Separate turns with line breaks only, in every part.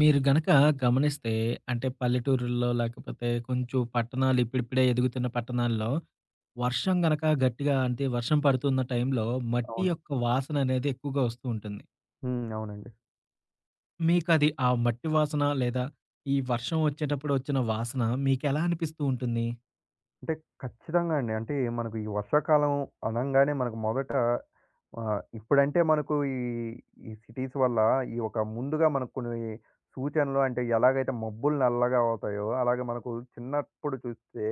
మీరు గనక గమనిస్తే అంటే పల్లెటూరుల్లో లేకపోతే కొంచెం పట్టణాలు ఇప్పుడిప్పుడే ఎదుగుతున్న పట్టణాల్లో వర్షం గనక గట్టిగా అంటే వర్షం పడుతున్న టైంలో మట్టి
అవును.
యొక్క వాసన అనేది ఎక్కువగా వస్తూ ఉంటుంది.
హ్మ్. అవునండి.
మీకు అది ఆ మట్టి వాసన లేదా ఈ వర్షం వచ్చేటప్పుడు వచ్చిన వాసన మీకెలా అనిపిస్తూ ఉంటుంది?
అంటే ఖచ్చితంగా అండి. అంటే మనకు ఈ వర్షాకాలం అనంగానే మనకు మొదట ఇప్పుడంటే మనకు ఈ సిటీస్ వల్ల ఈ ఒక ముందుగా మనకు కొన్ని సూచనలు అంటే ఎలాగైతే మబ్బులు నల్లగా అవుతాయో, అలాగే మనకు చిన్నప్పుడు చూస్తే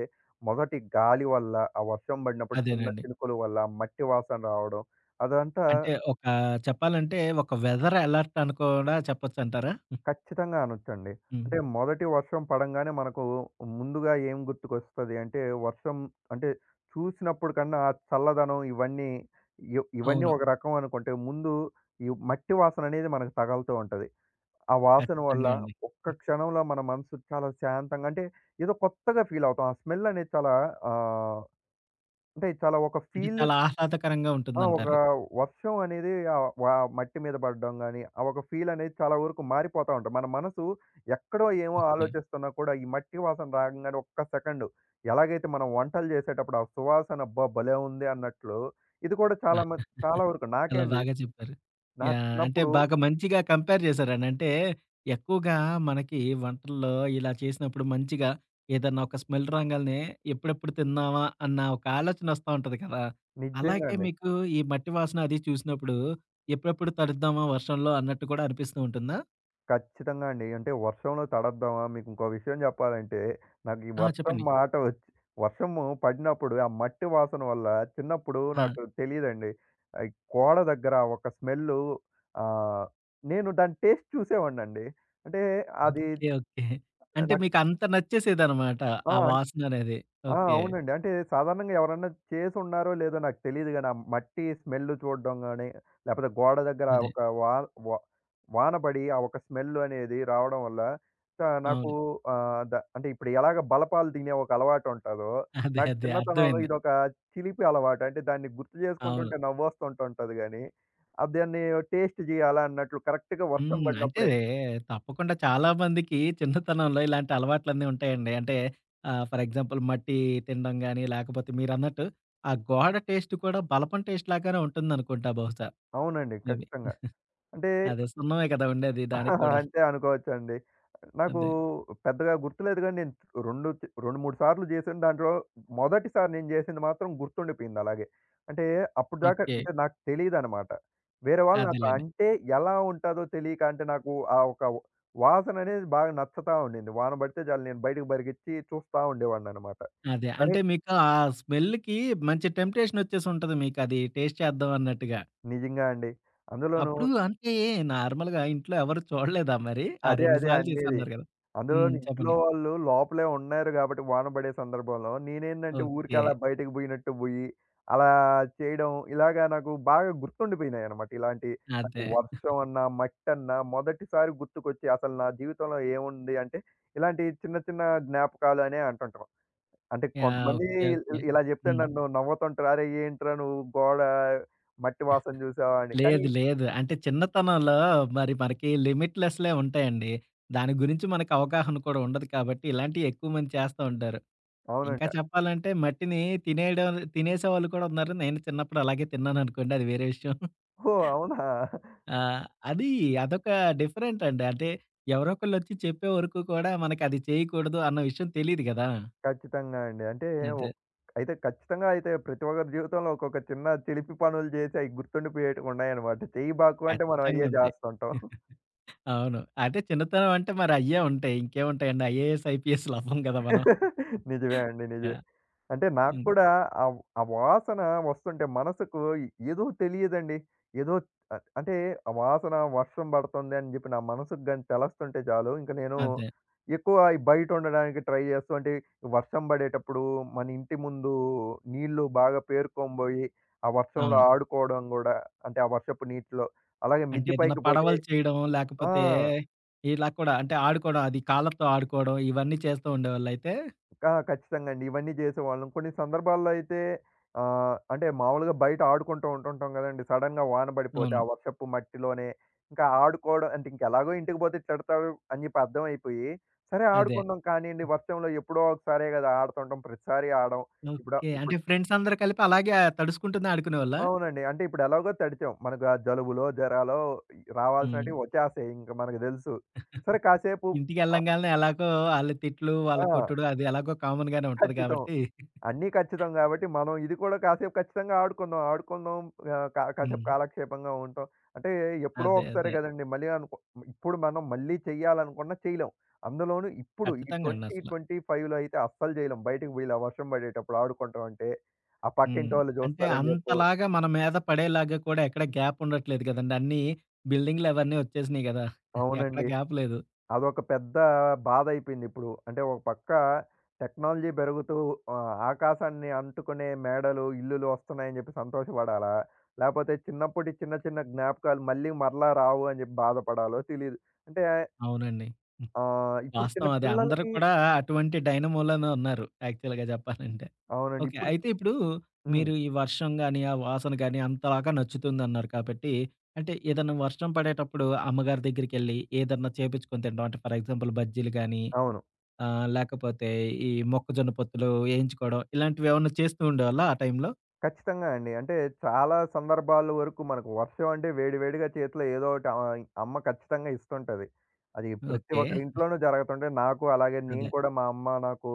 మొదటి గాలి వల్ల, ఆ వర్షం పడినప్పుడు చిన్న
అదేనండి.
చినుకుల వల్ల మట్టి వాసన రావడం అదంతా
అంటే ఒక చెప్పాలంటే ఒక వెదర్ అలర్ట్ అని కూడా చెప్పొచ్చంటారా?
ఖచ్చితంగా అనొచ్చండి.
హ్మ్.
అంటే మొదటి వర్షం పడంగానే మనకు ముందుగా ఏం గుర్తుకొస్తది అంటే వర్షం అంటే చూసినప్పుడు కన్నా ఆ చల్లదనం ఇవన్నీ ఇవన్నీ
అవును.
ఒక రకం అనుకుంటే ముందు ఈ మట్టి వాసన అనేది మనకు తగలుతూ ఉంటది. ఆ వాసన వల్ల
ఖచ్చితంగా అండి.
ఒక్క క్షణంలో మన మనసు చాలా శాంతంగా అంటే ఏదో కొత్తగా ఫీల్ అవుతాం. ఆ స్మెల్ అనేది చాలా ఆహ్, అంటే చాలా ఒక
అంటే
ఫీల్.
చాలా ఆహ్లాదకరంగా
ఆ! ఒక
ఉంటుందంటారు.
వర్షం అనేది ఆహ్, వ మట్టి మీద పడడం గాని, ఆ ఒక ఫీల్ అనేది చాలా వరకు మారిపోతా ఉంటది. మన మనసు ఎక్కడో ఏమో
ఓకే.
ఆలోచిస్తున్నా కూడా ఈ మట్టి వాసన రాగంగానే ఒక్క సెకండు ఎలాగైతే మనం వంటలు చేసేటప్పుడు ఆ సువాసన అబ్బా! భలే ఉంది అన్నట్లు ఇది కూడా
ఆ!
చాలా వరకు నాకే
చాలా
అండి.
బాగా చెప్పారు.
నా
యాహ్! అంటే
చిన్నప్పుడు
బాగా మంచిగా కంపేర్ చేశారండి. అంటే ఎక్కువగా మనకి వంటల్లో ఇలా చేసినప్పుడు మంచిగా ఏదన్నా ఒక స్మెల్ రాంగాల్నే ఎప్పుడెప్పుడు తిందామా అన్న ఒక ఆలోచన వస్తా ఉంటది కదా!
నిజంగా
అలాగే
అండి.
మీకు ఈ మట్టి వాసన అది చూసినప్పుడు ఎప్పుడెప్పుడు తడుద్దామా వర్షంలో అన్నట్టు కూడా అనిపిస్తూ ఉంటుందా?
ఖచ్చితంగా అండి. అంటే వర్షంలో తడద్దామా? మీకింకో విషయం జెప్పాలంటే, నాకు ఈ
ఆ!
వర్షం
చెప్పండి.
మాట ఒచ్చి వర్షము పడినప్పుడు ఆ మట్టి వాసన వల్ల చిన్నప్పుడు
ఆ!
నాకు తెలీదండి. గోడ దగ్గర ఒక స్మెల్లు ఆహ్, నేను దాని టేస్ట్ చూసేవాడినండి. అంటే అది
ఓకే. ఓకే. అంటే
నాకు
మీకు అంత నచ్చేసేదనమాట.
ఆ!
ఆ వాసన అనేది.
ఆ!
ఓకే.
అవునండి. అంటే సాధారణంగా ఎవరన్నా చేసున్నారో లేదో నాకు తెలీదు గానీ, ఆ మట్టి స్మెల్ చూడడం గానీ, లేపోతే గోడ దగ్గర
అదే.
ఒక వా వా వాన పడి ఆ ఒక స్మెల్ అనేది రావడం వల్ల త నాకు
అవును.
ఆహ్, ద అంటే ఇప్పుడు ఎలాగ బలపాలు తినే ఒక అలవాటు ఉంటాదో,
అదే.
నాకు
అదే.
చిన్నతనంలో
అర్థమైంది.
ఇదొక చిలిపి అలవాటు. అంటే దాన్ని గుర్తు
అవును.
చేసుకుంటుంటే నవ్వొస్తుంటుంటది గానీ, దాన్ని టేస్ట్ జేయాలా అన్నట్లు కరెక్ట్‌గా వర్షం
హ్మ్. అంటే
పడినప్పుడే
తప్పకుండా చాలా మందికి చిన్నతనంలో ఇలాంటి అలవాట్లన్నీ ఉంటాయండి. అంటే ఫర్ ఎగ్జాంపుల్ మట్టి తినడం గాని, లేకపోతే మీరన్నట్టు ఆ గోడ టేస్ట్ కూడా బలపం టేస్ట్ లాగానే ఉంటుందనుకుంటా బహుశా.
అవునండి.
మేబీ.
ఖచ్చితంగా. అంటే
అదే సున్నమే కదా! ఉండేది దానికి కూడా.
అంతే అనుకోవచ్చండి. నాకు
అదే.
పెద్దగా గుర్తులేదు గానీ నేను 2, 3 సార్లు చేశాను. దాంట్లో మొదటిసారి నేను చేసింది మాత్రం గుర్తుండిపోయింది అలాగే. అంటే అప్పటిదాకా
ఓకే.
అంటే నాకు తెలీదనమాట. వేరే వాళ్ళు నాకు
అదేలెండి.
అంటే ఎలా ఉంటాదో తెలియక అంటే నాకు ఆ ఒక వాసన అనేది బాగా నచ్చుతా ఉండింది. వాన పడితే చాలు నేను బయటకు పరిగెత్తి చూస్తా ఉండేవాడిననమాట.
అదే.
సరే
అంటే మీకు ఆ స్మెల్‌కి మంచి టెంప్టేషన్ వచ్చేసుంటది మీకది టేస్ట్ చేద్దాం అన్నట్టుగా.
నిజంగా అండి. అందులోనూ
అప్పుడు అంటే నార్మల్‌గా ఇంట్లో ఎవరు చూడలేదా మరి? ఆ
అదే
2
అదే
సార్లు
అనేది.
చేసన్నారు కదా! హ్మ్.
అందులోని ఇంట్లో
చెప్పండి.
వాళ్ళు లోపలే ఉన్నారు గాబట్టి వాన పడే సందర్భంలో నేనేందంటే ఊరికే
ఓకే.
అలా బయటకి బోయినట్టు బోయి, అలా చేయడం ఇలాగా నాకు బాగా గుర్తుండిపోయినాయనమాట. ఇలాంటి నాకు
అదే.
వర్షం అన్నా, మట్టన్నా మొదటిసారి గుర్తుకొచ్చి అసలు నా జీవితంలో ఏముంది అంటే ఇలాంటి చిన్న చిన్న జ్ఞాపకాలనే అంటుంటాం. అంటే
యాహ్!
కొంతమంది
ఓకే.
ఇల్
ఓకే.
ఇల్ ఇలా జెప్తే
హ్మ్.
నన్ను నవ్వుతుంటారు. "అరేయ్! ఏంట్రా నువ్వు గోడ మట్టి వాసన జూసావా" అని. కానీ
లేదు. లేదు. అంటే చిన్నతనంలో మరి మనకి లిమిట్‌లెస్‌లే ఉంటాయండి. దాని గురించి మనకు అవగాహన కూడా ఉండదు కాబట్టి ఇలాంటివి ఎక్కువ మంది చేస్తా ఉంటారు. ఇంకా
అవునండి.
చెప్పాలంటే మట్టిని తినేయడం తినేసేవాళ్ళు కూడా ఉన్నారు. నేను చిన్నప్పుడు అలాగే తిన్నాననుకోండి అది వేరే విషయం.
ఓహ్! అవునా?
ఆ! అది అదొక డిఫరెంట్ అండి. అంటే ఎవరో ఒకళ్ళొచ్చి చెప్పే వరకు కూడా మనకది చేయకూడదు అన్న విషయం తెలీదు గదా!
ఖచ్చితంగా అండి. అంటే ఒ
అదే.
అయితే ఖచ్చితంగా అయితే ప్రతి ఒక్కరి జీవితంలో ఒక్కొక్క చిన్న చిలిపి పనులు చేసి అయి గుర్తుండిపోయేటివి ఉన్నాయన్నమాట. చెయ్యి బాకు అంటే మనం
ఖచ్చితంగా
అయ్యే
ఉంటాయి.
చేస్తుంటాం.
అవును. అంటే చిన్నతనం అంటే మరి అయ్యే ఉంటాయి. ఇంకేముంటాయండి? ఐఏఎస్, ఐపీఎస్‌లు అవ్వం కదా మనం.
నిజమే అండి. నిజమే.
యాహ్!
అంటే నాకు
హ్మ్.
కూడా ఆ వాసన వస్తుంటే మనసుకు ఏదో తెలియదండి. ఏదో అట్ అంటే ఆ వాసన వర్షం పడుతుంది అని జెప్పి నా మనసుకు గాని తెలుస్తుంటే చాలు ఇంక నేను
అదే.
ఎక్కువ ఈ బయట ఉండడానికి ట్రై చేస్తూ అంటే వర్షం పడేటప్పుడు మన ఇంటి ముందు నీళ్లు బాగా పేరుకొనిబోయి, ఆ వర్షంలో
అవును.
ఆడుకోవడం గూడా అంటే ఆ వర్షపు నీటిలో అలాగే
అంటే
మిద్ది
ఏదైనా
పైకి పోతే
పడవలు చేయడం,
ఆ!
లేకపోతే ఇలా కూడా అంటే ఆడుకోవడం, అది కాళ్ళతో ఆడుకోవడం ఇవన్నీ చేస్తూ ఉండేవాళ్ళయితే
ఆ! ఖచ్చితంగా అండి. ఇవన్నీ జేసేవాళ్ళం. కొన్ని సందర్భాల్లో అయితే అంటే మామూలుగా బయట ఆడుకుంటూ ఉంటుంటాం గదండీ! సడెన్‌గా వాన పడిపోతే
అవును.
ఆ వర్షపు మట్టిలోనే ఇంకా ఆడుకోవడం అంటే ఇంకెలాగో ఇంటికి పోతే తిడతారు అని జెప్పి అర్థమైపోయి, సరే
అదే.
ఆడుకుందాం కానీయండి వర్షంలో ఎప్పుడో ఒకసారే గదా! ఆడుతుంటాం. ప్రతిసారి ఆడం. ఇప్పుడు
ఓకే. అంటే
ఇప్పుడు
ఫ్రెండ్స్ అందరూ కలిపి అలాగే తడుసుకుంటూనే ఆడుకునేవాళ్ళా?
అవునండి. అంటే ఇప్పుడు ఎలాగో తడిచాం. మనకు ఆ జలుబులో, జరాలో
హ్మ్.
రావాల్సినటివి వచ్చేస్తాయి. ఇంక మనకు దెలుసు. సరే కాసేపు ఆ!
ఇంటికెళ్ళంగాల్నే ఎలాగో ఆళ్ళ తిట్లు, వాళ్ళ
ఆ!
కొట్టుడు అది ఎలాగో కామన్ గానే ఉంటది
ఖచ్చితం.
కాబట్టి
అన్నీ ఖచ్చితం గాబట్టి, మనం ఇది కూడా కాసేపు ఖచ్చితంగా ఆడుకుందాం. ఆడుకుందాం ఆహ్, కా కాసేపు
హ్మ్.
కాలక్షేపంగా ఉంటాం. అంటే ఎప్పుడో
అదే.
ఒకసారి
అదే.
గదండీ! మళ్ళీ అనుకో ఇప్పుడు మనం మళ్ళీ చెయ్యాలనుకున్నా చేయలేం. అందులోనూ ఇప్పుడు ఈ
ఖచ్చితంగా అండి అసల.
2025లో అయితే అస్సలు జేయలేం. బయటికి వీళ్ళ వర్షం బడేటప్పుడు ఆడుకుంటాం అంటే, ఆ
హ్మ్.
పక్కింటోళ్ళు
అంటే
జూస్తారని జెప్పు
అంతలాగా మన మీద పడేలాగా కూడా ఎక్కడ గ్యాప్ ఉండట్లేదు గదండీ! అన్నీ బిల్డింగ్‌లవన్నీ వచ్చేసినియి గదా! ఎక్కడ
అవునండి.
గ్యాప్ లేదు.
అదొక పెద్ద బాధ అయిపోయింది ఇప్పుడు. అంటే ఒక పక్క టెక్నాలజీ పెరుగుతూ ఆకాశాన్ని అంటుకునే మేడలు, ఇల్లులు వస్తున్నాయని చెప్పి సంతోషపడాలా? లేపోతే చిన్నప్పటి చిన్న చిన్న జ్ఞాపకాలు మళ్ళీ మరలా రావు అని చెప్పి బాధపడాలో తెలీదు. అంటే
అవునండి. హ్మ్.
ఇప్పుడు చిన్న
వాస్తవం అదే. అందరూ
పిల్లలకి
కూడా అటువంటి డైనమోలోనే ఉన్నారు యాక్చువల్‌గా జెప్పాలంటే.
అవునండి.
ఓకే.
ఇప్పుడు
అయితే ఇప్పుడు
హ్మ్.
మీరు ఈ వర్షం గాని, ఆ వాసన గాని అంతలాగా నచ్చుతుందన్నారు కాబట్టి, అంటే ఏదన్నా వర్షం పడేటప్పుడు అమ్మగారి దగ్గరికెళ్ళి ఏదన్నా చేపిచ్చుకొని తినడం అంటే ఫర్ ఎగ్జాంపుల్ బజ్జీలు గాని
అవును.
లేకపోతే ఈ మొక్కజొన్న పొత్తులు ఏయించుకోవడం ఇలాంటివేమన్నా చేస్తూ ఉండేవాళ్ళా ఆ టైంలో?
ఖచ్చితంగా అండి. అంటే చాలా సందర్భాల వరకు మనకు వర్షం అంటే వేడి వేడిగా చేతిలో ఏదో ఒకటి అమ్మ ఖచ్చితంగా ఇస్తుంటది. అది ప్రతి
ఓకే.
ఒక్కరి ఇంట్లోనూ జరుగుతుంటది. నాకు అలాగే నేను
అదే.
కూడా మా అమ్మ నాకు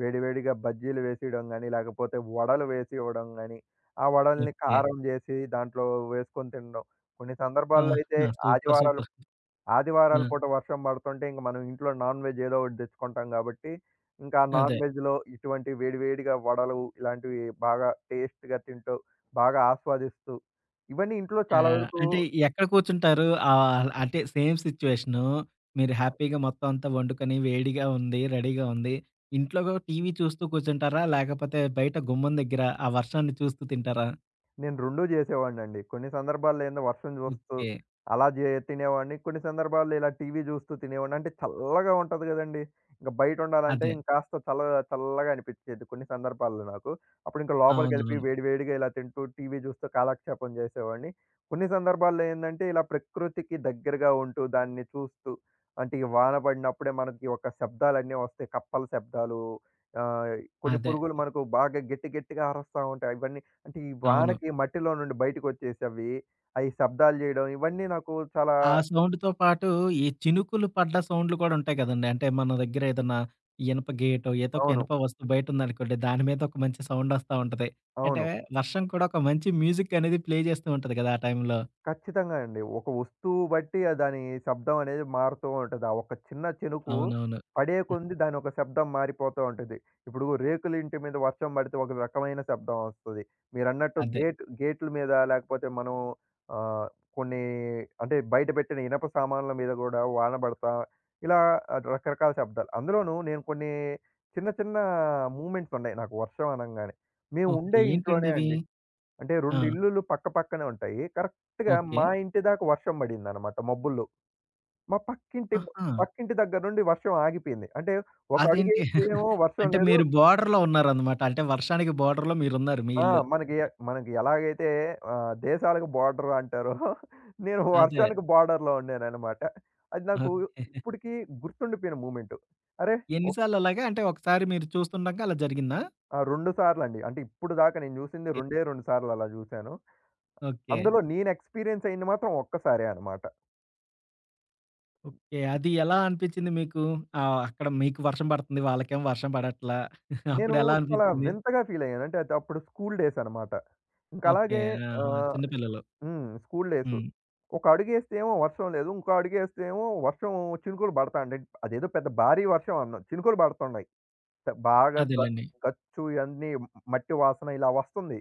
వేడి వేడిగా బజ్జీలు వేసియడం గాని, లేకపోతే వడలు వేసి ఇవ్వడం గాని, ఆ వడల్ని
ఓకే.
కారం చేసి దాంట్లో వేసుకొని తినడం. కొన్ని సందర్భాల్లో అయితే
ఆహా! సూపర్.
ఆదివారాలు
సూపర్. ఆ!
ఆదివారాల పూట వర్షం పడుతుంటే ఇంక మనం ఇంట్లో నాన్ వెజ్ ఏదో ఒకటి తెచ్చుకుంటాం కాబట్టి, ఇంకా ఆ
అదే.
నాన్ వెజ్‌లో ఇటువంటి వేడివేడిగా వడలు ఇలాంటివి బాగా టేస్ట్‌గా తింటూ, బాగా ఆస్వాదిస్తూ, ఇవన్నీ ఇంట్లో చాలా
యాహ్!
వరకు
అంటే ఎక్కడ కూర్చుంటారు? అంటే సేమ్ సిట్యుయేషను. మీరు హ్యాపీగా మొత్తం అంతా వండుకొని వేడిగా ఉంది, రెడీగా ఉంది. ఇంట్లో గూడా టీవీ చూస్తూ కూర్చుంటారా? లేకపోతే బయట గుమ్మం దగ్గర ఆ వర్షాన్ని చూస్తూ తింటారా?
నేను 2 చేసేవాడినండి. కొన్ని సందర్భాల్లో ఏందో వర్షం చూస్తూ
ఓకే.
అలా జే తినేవాడిని. కొన్ని సందర్భాల్లో ఇలా టీవీ చూస్తూ తినేవాడిని. అంటే చల్లగా ఉంటది గదండీ! ఇంక బయట ఉండాలంటే
అదే.
ఇంకాస్త చల్ల చల్లగా అనిపించేది కొన్ని సందర్భాల్లో నాకు. అప్పుడు ఇంక లోపలికెళ్ళిపోయి
అవునవును.
వేడి వేడిగా ఇలా తింటూ టీవీ చూస్తూ కాలక్షేపం చేసేవాడిని. కొన్ని సందర్భాల్లో ఏందంటే ఇలా ప్రకృతికి దగ్గరగా ఉంటూ దాన్ని చూస్తూ అంటే ఈ వాన పడినప్పుడే మనకి ఒక శబ్దాలన్నీ వస్తాయి. కప్పల శబ్దాలు ఆహ్, కొన్ని
అదే.
పురుగులు మనకు బాగా గట్టి గట్టిగా అరుస్తా ఉంటాయి. అవన్నీ అంటే ఈ
అవును.
వానకి మట్టిలో నుండి బయటకొచ్చేసి అవి, అయి శబ్దాలు జేయడం ఇవన్నీ నాకు చాలా
ఆ సౌండ్‌తో పాటు ఈ చినుకులు పడ్డ సౌండ్‌లు కూడా ఉంటాయి కదండీ. అంటే మన దగ్గర ఏదన్నా ఇనప గేటో, ఏదో ఒక
అవును.
ఇనప వస్తువు బయటుందనుకోండి. దాని మీద ఒక మంచి సౌండ్ వస్తా ఉంటది. అంటే
అవును.
వర్షం కూడా ఒక మంచి మ్యూజిక్ అనేది ప్లే చేస్తూ ఉంటది కదా! ఆ టైంలో.
ఖచ్చితంగా అండి. ఒక వస్తువు బట్టి దాని శబ్దం అనేది మారుతూ ఉంటది. ఆ ఒక్క చిన్న చినుకు
అవునవును.
పడే కొంది దాని ఒక శబ్దం మారిపోతూ ఉంటది. ఇప్పుడు రేకుల ఇంటి మీద వర్షం పడితే ఒక రకమైన శబ్దం వస్తది. మీరన్నట్టు
అదే.
గేట్ల మీద లేకపోతే మనం ఆహ్, కొన్ని అంటే బయట పెట్టిన ఇనప సామాన్ల మీద గూడా వాన పడతా ఇలా రకరకాల శబ్దాలు. అందులోనూ నేను కొన్ని చిన్న చిన్న మూవ్‌మెంట్స్ ఉన్నాయి నాకు వర్షం అనంగానే. మేము
ఓకే.
ఉండే
ఏంటండి
ఇంట్లోనే
అవి?
అండి. అంటే
ఆ!
2 ఇల్లులు పక్కపక్కనే ఉంటాయి. కరెక్ట్‌గా
ఓకే.
మా ఇంటి దాకా వర్షం పడిందనమాట మబ్బుల్లో. మా పక్కింటి
ఆహా!
పక్కింటి దగ్గర నుండి వర్షం ఆగిపోయింది. అంటే ఒక
అదేంటి?
అడుగేస్తే ఏమో వర్షం
అంటే
లేదు.
మీరు బోర్డర్‌లో ఉన్నారనమాట. అంటే వర్షానికి బోర్డర్‌లో మీరున్నారు మీ
ఆ!
ఇల్లు.
మనకి మనకి ఎలాగైతే దేశాలకు బోర్డర్ అంటారో నేను
అదే.
వర్షానికి బోర్డర్‌లో ఉండాననమాట. అది నాకు
ఓకే.
ఇప్పటికి గుర్తుండిపోయిన మూమెంటు. అరే!
ఎన్ని
ఒక
సార్లు అలాగా? అంటే ఒకసారి మీరు చూస్తుండగా అలా జరిగిందా?
ఆ 2 సార్లండి. అంటే ఇప్పుడు దాకా నేను చూసింది రెండే 2 సార్లు అలా చూసాను.
ఓకే.
అందులో నేను ఎక్స్‌పీరియన్స్ అయింది మాత్రం ఒక్కసారే అనమాట.
ఓకే. అది ఎలా అనిపించింది మీకు? అక్కడ మీకు వర్షం పడుతుంది. వాళ్ళకేమో వర్షం పడట్లా.
నేను
అప్పుడెలా
చాలా
అనిపించింది?
వింతగా ఫీల్ అయ్యాను. అంటే అది అప్పుడు స్కూల్ డేస్ అన్నమాట. ఇంక
ఓకే.
అలాగే
ఆహా!
ఆహ్,
చిన్న పిల్లలు.
హ్మ్. School days.
హ్మ్.
ఒక అడుగేస్తేమో వర్షం లేదు. ఇంకో అడుగేస్తేమో వర్షం చినుకులు పడతాండి. అదేదో పెద్ద భారీ వర్షం అన్నాం. చినుకులు పడుతున్నాయి. త- బాగా గ
అదేలెండి.
గచ్చు ఇయన్నీ మట్టి వాసన ఇలా వస్తుంది.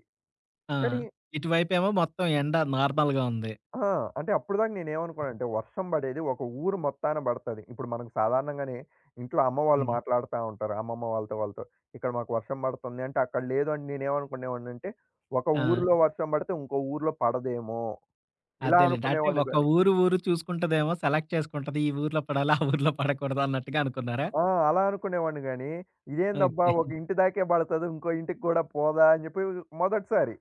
ఆ!
కానీ
ఇటువైపేమో మొత్తం ఎండ నార్మల్‌గా ఉంది.
ఆ! అంటే అప్పటిదాకా నేనేమనుకున్నానంటే వర్షం పడేది ఒక ఊరు మొత్తాన పడతది. ఇప్పుడు మనకు సాధారణంగానే ఇంట్లో అమ్మ వాళ్ళు హ్మ్.
హ్మ్.
మాట్లాడుతా ఉంటారు. అమ్మమ్మ వాళ్ళతో వాళ్ళతో. ఇక్కడ మాకు వర్షం పడుతుంది అంటే అక్కడ లేదు అని నేనేమనుకునేవాడినంటే ఒక
ఆ!
ఊరిలో వర్షం పడితే ఇంకో ఊరిలో పడదేమో ఇలా
అదేలెండి. అంటే
అనుకునేవాడిని
ఒక
గాని
ఊరు, ఊరు చూసుకుంటదేమో సెలెక్ట్ చేసుకుంటది. ఈ ఊర్లో పడాలి, ఆ ఊర్లో పడకూడదు అన్నట్టుగా అనుకున్నారా?
ఆ! అలా అనుకునేవాడిని గాని ఇదేందబ్బా
ఓకే.
ఒక ఇంటి దాకే పడతది ఇంకో ఇంటికి కూడా పోదా అని చెప్పి మొదటిసారి.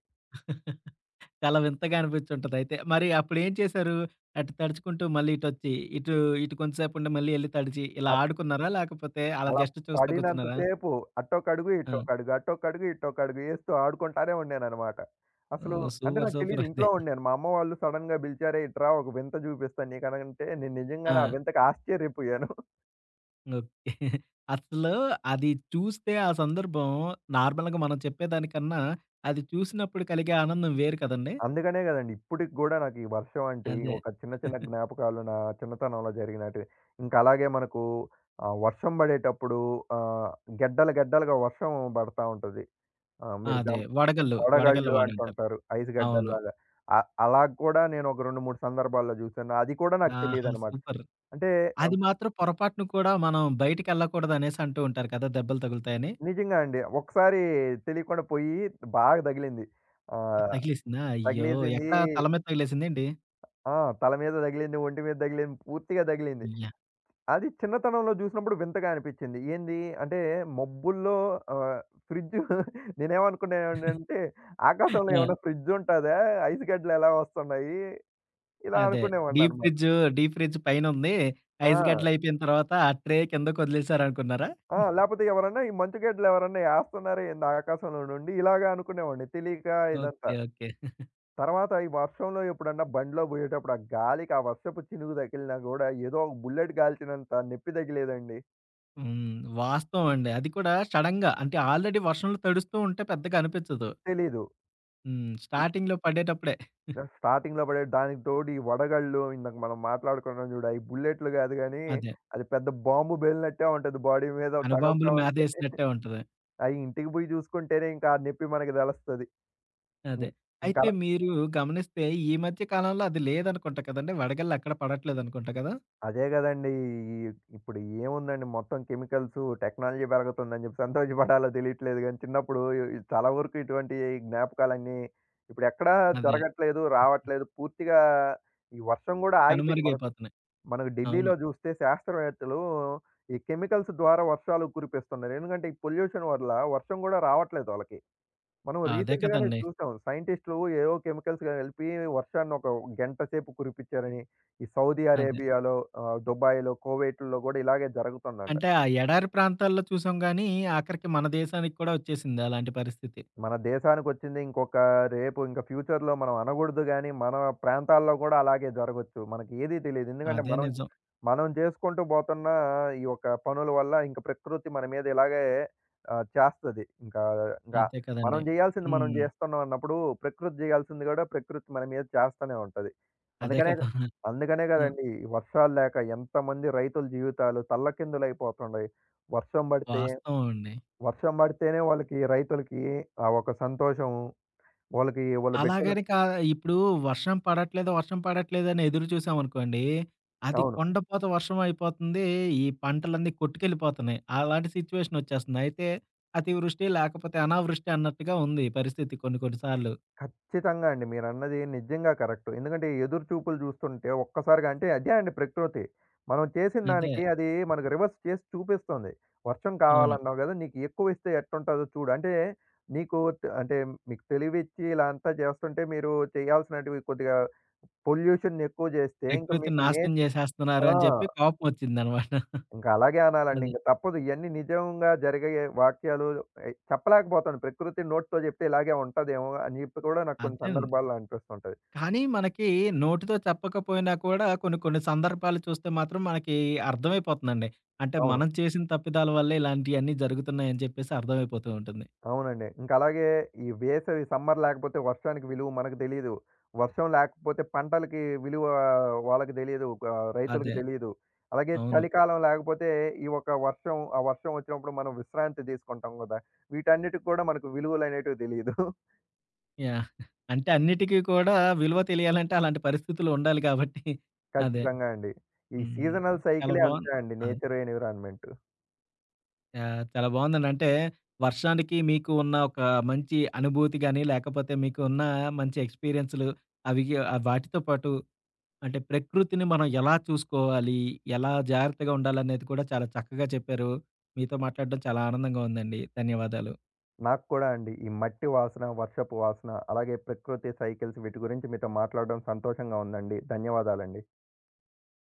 చాలా వింతగా అనిపించుంటదయితే. మరి అప్పుడేం చేశారు? అటు తడుచుకుంటూ మళ్ళీ ఇటొచ్చి, ఇటు ఇటు కొంతసేపుండి మళ్ళీ ఎళ్లి తడిచి, ఇలా ఆడుకున్నారా? లేకపోతే అలా
అలా
జస్ట్ చూస్తా
పడినంత
కూర్చున్నారా?
సేపు అట్టొకడుగు,
ఆ!
ఇట్టొకడుగు, అట్టొకడుగు, ఇట్టొకడుగు ఏస్తూ ఆడుకుంటానే ఉండాననమాట. అసలు
ఓహ్!
అంటే
సూపర్.
నాకు
సూపర్
తెలీదు
అయితే.
ఇంట్లో ఉండాను. మా అమ్మ వాళ్ళు సడెన్‌గా పిలిచారే ఇట్రా ఒక వింత చూపిస్తాను నీకనంటే నేను నిజంగానే ఆ
ఆ!
వింతకు ఆశ్చర్యపోయాను.
ఓకే. అసలు అది చూస్తే ఆ సందర్భం నార్మల్‌గా మనం చెప్పేదానికన్నా, అది చూసినప్పుడు కలిగే ఆనందం వేరు కదండీ!
అందుకనే కదండీ ఇప్పటికి గూడా నాకు ఈ వర్షం అంటే ఈ
అదే.
ఒక చిన్న చిన్న జ్ఞాపకాలు నా చిన్నతనంలో జరిగినటివి. ఇంకా అలాగే మనకు వర్షం పడేటప్పుడు ఆహ్, గెడ్డలు గెడ్డలుగా వర్షం పడతా ఉంటది. ఆహ్,
ఆ!
మీరు గ
అదే. వడగళ్ళు. వడగళ్ళ
వడగళ్ళు
వానంటారు.
అంటుంటారు. ఐస్
అవును.
గడ్డల్లాగా. అ అలా కూడా నేను ఒక 2, 3 సందర్భాల్లో చూసాను. అది కూడా నాకు
ఆహా!
తెలీదనమాట.
సూపర్.
అంటే
అది
ఆహ్,
మాత్రం పొరపాటున కూడా మనం బయటికెళ్ళకూడదనేసి అంటూ ఉంటారు కదా! దెబ్బలు తగులుతాయని.
నిజంగా అండి. ఒకసారి తెలియకుండా పోయి బాగా తగిలింది.
ఆ!
ఆహ్,
తగిలేసిందా? అయ్యో!
తగిలేసింది
ఎక్కడ తల మీద తగిలేసిందేంటి?
ఆ! తల మీద తగిలింది, ఒంటి మీద తగిలింది, పూర్తిగా తగిలింది.
అయ్యా!
అది చిన్నతనంలో చూసినప్పుడు వింతగా అనిపించింది. ఏంది అంటే మబ్బుల్లో ఆహ్, ఫ్రిడ్జ్ నేనేమనుకునేవాడినంటే ఆకాశంలో ఏమన్నా
ఆ!
ఫ్రిడ్జ్ ఉంటదా? ఐస్ గడ్డలు ఎలా వస్తున్నాయి? ఇలా
అదే. డీప్
అనుకునేవాడిననమాట.
ఫ్రిడ్జ్, డీప్ ఫ్రిడ్జ్ పైనుంది. ఐస్
ఆ!
గడ్డలు అయిపోయిన తర్వాత ఆ ట్రే కిందకొదిలేసారనుకున్నారా?
ఆ! లేపోతే ఎవరన్నా ఈ మంచుగడ్డలు ఎవరన్నా ఏస్తున్నారే ఏంది ఆకాశంలో నుండి ఇలాగ అనుకునేవాడిని. తెలియక
ఓకే.
ఇదంతా.
ఓకే.
తర్వాత ఈ వర్షంలో ఎప్పుడన్నా బండిలో పోయేటప్పుడు ఆ గాలికి ఆ వర్షపు చినుకు తగిలినా గూడా ఏదో ఒక బుల్లెట్ కాల్చినంత నొప్పి తగిలేదండి.
హ్మ్. వాస్తవం అండి. అది కూడా సడెన్‌గా అంటే ఆల్రెడీ వర్షంలో తడుస్తూ ఉంటే పెద్దగా అనిపించదు.
తెలీదు.
హ్మ్.
ఇ
స్టార్టింగ్‌లో పడేటప్పుడే.
స్టార్టింగ్‌లో పడే దానికి తోడు ఈ వడగళ్ళు ఇందాక మనం మాట్లాడుకున్నాం చూడు. అయి బుల్లెట్లు కాదు గానీ
అదే.
అది పెద్ద బాంబు పేలినట్టే ఉంటది బాడీ మీద తగులుతా
అణుబాంబులు
ఉంటే.
మీదేసినట్టే ఉంటది.
అయి ఇంటికి పోయి చూసుకుంటేనే ఇంకా ఆ నొప్పి మనకి తెలుస్తది. ఇం
అదే. అయితే
ఇంకల
మీరు గమనిస్తే ఈ మధ్య కాలంలో అది లేదనుకుంటా కదండీ! వడగళ్ళు అక్కడ పడట్లేదనుకుంటా కదా!
అదే గదండీ! ఈ ఇప్పుడు ఏముందండి మొత్తం కెమికల్సు, టెక్నాలజీ పెరుగుతుందని జెప్పి సంతోషపడాలో తెలీట్లేదు గానీ, చిన్నప్పుడు చాలా వరకు ఇటువంటి జ్ఞాపకాలన్నీ ఇప్పుడెక్కడా
అదే.
జరగట్లేదు, రావట్లేదు. పూర్తిగా ఈ వర్షం గూడా ఆగిపోయింది. మనకు
కనుమరుగైపోతున్నాయి.
మనకు
అవును.
ఢిల్లీలో జూస్తే శాస్త్రవేత్తలు ఈ కెమికల్స్ ద్వారా వర్షాలు కురిపిస్తున్నారు. ఎందుకంటే, ఈ పొల్యూషన్ వల్ల వర్షం గూడా రావట్లేదు ఆళ్ళకి. మనం
అదే
రీసెంట్ గానే
కదండీ!
చూసాం. సైంటిస్టులు ఏవో కెమికల్స్ కలిపి వర్షాన్ని ఒక గంట సేపు కురిపించారని, ఈ సౌదీ
అదే.
అరేబియాలో, దుబాయ్‌లో, కోవైట్‌లో గూడా ఇలాగే జరుగుతుందంట.
అంటే ఆ ఎడారి ప్రాంతాల్లో చూసాం గానీ, ఆఖరికి మన దేశానికి కూడా వచ్చేసింది అలాంటి పరిస్థితి.
మన దేశానికొచ్చింది ఇంకొక రేపు ఇంక ఫ్యూచర్‌లో మనం అనగూడదు గానీ, మన ప్రాంతాల్లో గూడా అలాగే జరగొచ్చు. మనకి ఏది తెలీదు. ఎందుకంటే
అదే
మనం,
నిజం.
మనం చేసుకుంటూ బోతున్న ఈ యొక్క పనుల వల్ల ఇంక ప్రకృతి మన మీద ఇలాగే చేస్తది. ఇంకా ఇంకా
అదే
మనం
కదండీ.
జేయాల్సింది మనం
హ్మ్.
జేస్తున్నాం అన్నప్పుడు, ప్రకృతి జేయాల్సింది గూడా ప్రకృతి మన మీద చేస్తనే ఉంటది.
అదే
అందుకనే
కదా!
అందుకనే
ఆ!
గదండీ! వర్షాలు లేక ఎంతమంది రైతుల జీవితాలు తల్లకిందులైపోతుండాయి. వర్షం బడితే
వాస్తవం అండి.
వర్షం పడితేనే వాళ్ళకి రైతులకి ఆ ఒక సంతోషం. వాళ్ళకి వాళ్ళు బెట్టిన
అలాగని కా ఇప్పుడు వర్షం పడట్లేదు, వర్షం పడట్లేదని ఎదురు చూసామనుకోండి, అది
అవును.
కొండపోత వర్షం అయిపోతుంది. ఈ పంటలన్నీ కొట్టుకెళ్ళిపోతున్నాయి. అలాంటి సిట్యుయేషన్ వచ్చేస్తుంది. అయితే అతివృష్టి లేకపోతే అనావృష్టి అన్నట్టుగా ఉంది ఈ పరిస్థితి కొన్ని కొన్ని సార్లు.
ఖచ్చితంగా అండి. మీరన్నది నిజంగా కరెక్టు. ఎందుకంటే ఎదురు చూపులు చూస్తుంటే ఒక్కసారిగా అంటే అదే అండి ప్రకృతి. మనం చేసిన
అదే.
దానికి అది మనకు రివర్స్ చేసి చూపిస్తుంది. వర్షం
అవును.
కావాలన్నావు గదా! నీకు ఎక్కువిస్తే ఎట్టుంటదో చూడు. అంటే నీకు ట్ అంటే మీకు తెలివిచ్చి ఇలా అంతా చేస్తుంటే మీరు చేయాల్సినటివి కొద్దిగా పొల్యూషన్‌ని ఎక్కువ జేస్తే ఇంకా
ప్రకృతిని
మీకు నే
నాశనం చేసేస్తున్నారు
ఆ!
అని చెప్పి కోపమొచ్చిందనమాట.
ఇంక అలాగే అనాలండి.
అదే.
ఇంక తప్పదు. ఇయన్నీ నిజంగా జరిగే వాక్యాలు చెప్పలేకపోతాను. ప్రకృతి నోటితో జెప్తే ఇలాగే ఉంటదేమో అని జెప్పి కూడా నాకు కొన్ని
అదేనండి.
సందర్భాల్లో అనిపిస్తుంటది.
కానీ మనకి నోటితో చెప్పకపోయినా కూడా కొన్ని కొన్ని సందర్భాలు చూస్తే మాత్రం మనకి అర్థమైపోతుందండి. అంటే
అవును.
మనం చేసిన తప్పిదాల వల్లే ఇలాంటియన్నీ జరుగుతున్నాయని చెప్పేసి అర్థమైపోతూ ఉంటుంది.
అవునండి. ఇంక అలాగే ఈ వేసవి సమ్మర్ లేకపోతే వర్షానికి విలువ మనకు తెలీదు. వర్షం లేకపోతే పంటలకి విలువ వాళ్ళకి తెలీదు. రైతులకు
అదే.
తెలీదు. అలాగే
అవును.
చలికాలం లేకపోతే ఈ ఒక వర్షం, ఆ వర్షం వచ్చినప్పుడు మనం విశ్రాంతి తీసుకుంటాం గదా! వీటన్నిటికి కూడా మనకు విలువలనేటివి తెలీదు.
యాహ్! అంటే అన్నిటికి కూడా విలువ తెలియాలంటే అలాంటి పరిస్థితులు ఉండాలి కాబట్టి అదే.
ఖచ్చితంగా అండి. ఈ
హ్మ్.
సీజనల్
చాలా
సైకిలే అంతే
బావుంది.
అండి
అదే.
Nature environment.
యాహ్! చాలా బావుందండి. అంటే వర్షానికి మీకు ఉన్న ఒక మంచి అనుభూతి గాని, లేకపోతే మీకు ఉన్న మంచి ఎక్స్‌పీరియన్స్‌లు అవి వాటితో పాటు అంటే ప్రకృతిని మనం ఎలా చూసుకోవాలి? ఎలా జాగ్రత్తగా ఉండాలనేది కూడా చాలా చక్కగా చెప్పారు. మీతో మాట్లాడడం చాలా ఆనందంగా ఉందండి. ధన్యవాదాలు.
నాకు కూడా అండి ఈ మట్టి వాసన, వర్షపు వాసన, అలాగే ప్రకృతి సైకిల్స్ వీటి గురించి మీతో మాట్లాడడం సంతోషంగా ఉందండి. ధన్యవాదాలండి.